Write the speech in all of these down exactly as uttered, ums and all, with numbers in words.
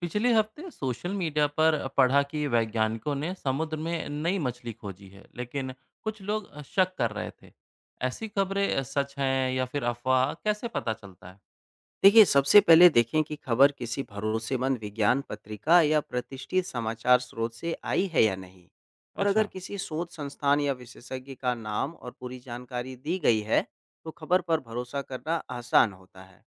पिछले हफ्ते social media पर पढ़ा कि वैज्ञानिकों ने समुद्र में नई मछली खोजी है, लेकिन कुछ लोग शक कर रहे थे। ऐसी खबरें सच हैं या फिर अफवाह, कैसे पता चलता है? देखिए, सबसे पहले देखें कि खबर किसी भरोसेमंद विज्ञान पत्रिका या प्रतिष्ठित समाचार स्रोत से आई है या नहीं। और अगर अच्छा। किसी शोध संस्थान या विशेषज्ञ का नाम और पूरी जानकारी दी गई है तो खबर पर भरोसा करना आसान होता है।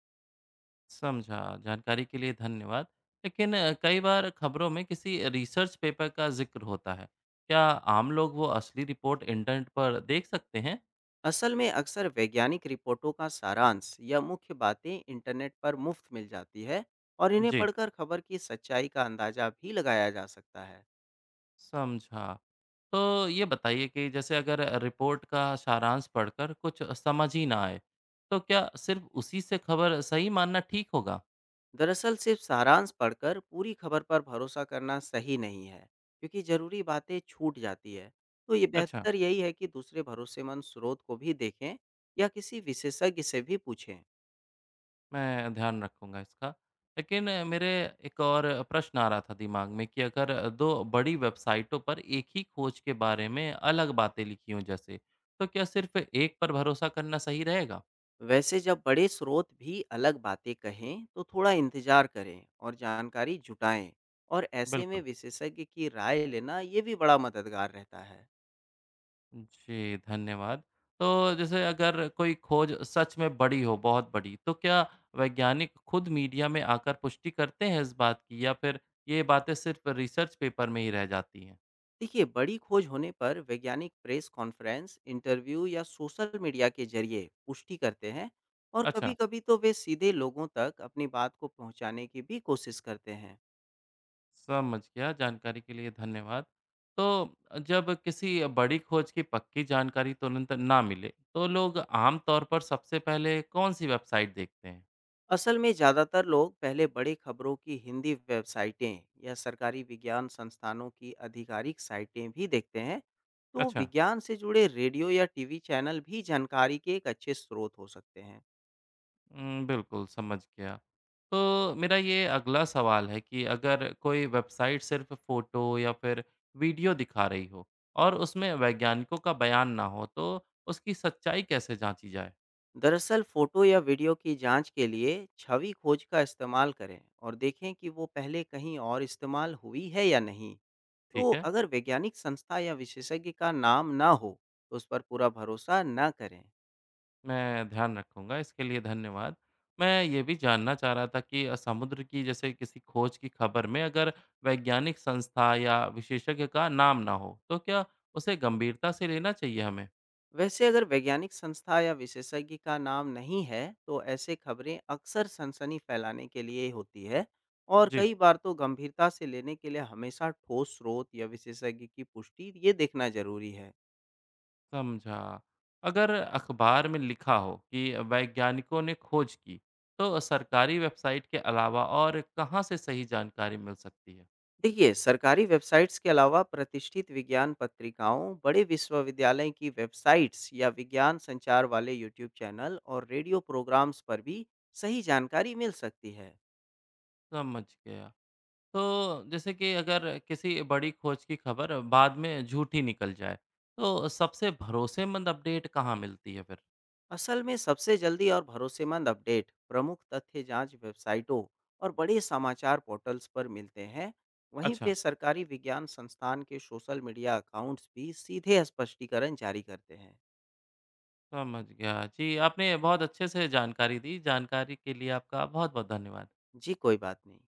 समझा। जानकारी के लिए धन्यवाद। लेकिन कई बार खबरों में किसी रिसर्च पेपर का जिक्र होता है। क्या आम लोग वो असली रिपोर्ट इंटरनेट पर देख सकते हैं? असल में अक्सर वैज्ञानिक रिपोर्टों का सारांश या मुख्य बातें इंटरनेट पर मुफ्त मिल जाती है। और इन्हें जी, पढ़कर खबर की सच्चाई का अंदाजा भी लगाया जा सकता है। समझा। तो ये बताइए कि जैसे अगर रिपोर्ट का सारांश पढ़कर कुछ समझ ही ना आए, तो क्या सिर्फ़ उसी से खबर सही मानना ठीक होगा? दरअसल सिर्फ सारांश पढ़कर पूरी खबर पर भरोसा करना सही नहीं है, क्योंकि जरूरी बातें छूट जाती है। तो ये अच्छा, बेहतर यही है कि दूसरे भरोसेमंद स्रोत को भी देखें या किसी विशेषज्ञ से भी पूछें। मैं ध्यान रखूँगा इसका। लेकिन मेरे एक और प्रश्न आ रहा था दिमाग में कि अगर दो बड़ी वेबसाइटों पर एक ही खोज के बारे में अलग बातें लिखी हों, जैसे, तो क्या सिर्फ़ एक पर भरोसा करना सही रहेगा? वैसे जब बड़े स्रोत भी अलग बातें कहें तो थोड़ा इंतजार करें और जानकारी जुटाएं। और ऐसे में बिल्कुल। विशेषज्ञ की राय लेना ये भी बड़ा मददगार रहता है। जी, धन्यवाद। तो जैसे अगर कोई खोज सच में बड़ी हो, बहुत बड़ी, तो क्या वैज्ञानिक खुद मीडिया में आकर पुष्टि करते हैं इस बात की, या फिर ये बातें सिर्फ़ रिसर्च पेपर में ही रह जाती हैं? देखिए, बड़ी खोज होने पर वैज्ञानिक प्रेस कॉन्फ्रेंस, इंटरव्यू या सोशल मीडिया के जरिए पुष्टि करते हैं। और अच्छा, कभी-कभी तो वे सीधे लोगों तक अपनी बात को पहुंचाने की भी कोशिश करते हैं। समझ गया, जानकारी के लिए धन्यवाद। तो जब किसी बड़ी खोज की पक्की जानकारी तुरंत ना मिले, तो लोग आम तौर पर सबसे पहले कौन-सी वेबसाइट देखते हैं? असल में ज़्यादातर लोग पहले बड़े खबरों की हिंदी वेबसाइटें या सरकारी विज्ञान संस्थानों की आधिकारिक साइटें भी देखते हैं। तो अच्छा। विज्ञान से जुड़े रेडियो या टीवी चैनल भी जानकारी के एक अच्छे स्रोत हो सकते हैं। हुँ, बिल्कुल समझ गया। तो मेरा ये अगला सवाल है कि अगर कोई वेबसाइट सिर्फ़ फ़ोटो या फिर वीडियो दिखा रही हो और उसमें वैज्ञानिकों का बयान ना हो, तो उसकी सच्चाई कैसे जाँची जाए? दरअसल फोटो या वीडियो की जांच के लिए छवि खोज का इस्तेमाल करें और देखें कि वो पहले कहीं और इस्तेमाल हुई है या नहीं। तो ठीक है, अगर वैज्ञानिक संस्था या विशेषज्ञ का नाम ना हो तो उस पर पूरा भरोसा ना करें। मैं ध्यान रखूँगा, इसके लिए धन्यवाद। मैं ये भी जानना चाह रहा था कि अ, समुद्र की जैसे किसी खोज की खबर में अगर वैज्ञानिक संस्था या विशेषज्ञ का नाम ना हो, तो क्या उसे गंभीरता से लेना चाहिए हमें? वैसे अगर वैज्ञानिक संस्था या विशेषज्ञ का नाम नहीं है तो ऐसे खबरें अक्सर सनसनी फैलाने के लिए होती है। और जी। कई बार तो गंभीरता से लेने के लिए हमेशा ठोस स्रोत या विशेषज्ञ की पुष्टि ये देखना जरूरी है। समझा। अगर अखबार में लिखा हो कि वैज्ञानिकों ने खोज की, तो सरकारी वेबसाइट के अलावा और कहाँ से सही जानकारी मिल सकती है? देखिए, सरकारी वेबसाइट्स के अलावा प्रतिष्ठित विज्ञान पत्रिकाओं, बड़े विश्वविद्यालय की वेबसाइट्स या विज्ञान संचार वाले यूट्यूब चैनल और रेडियो प्रोग्राम्स पर भी सही जानकारी मिल सकती है। समझ गया। तो जैसे कि अगर किसी बड़ी खोज की खबर बाद में झूठी निकल जाए, तो सबसे भरोसेमंद अपडेट कहाँ मिलती है फिर? असल में सबसे जल्दी और भरोसेमंद अपडेट प्रमुख तथ्य जांच वेबसाइटों और बड़े समाचार पोर्टल्स पर मिलते हैं। वहीं पे अच्छा, सरकारी विज्ञान संस्थान के सोशल मीडिया अकाउंट्स भी सीधे स्पष्टीकरण जारी करते हैं। समझ गया। जी, आपने बहुत अच्छे से जानकारी दी। जानकारी के लिए आपका बहुत-बहुत धन्यवाद। जी कोई बात नहीं।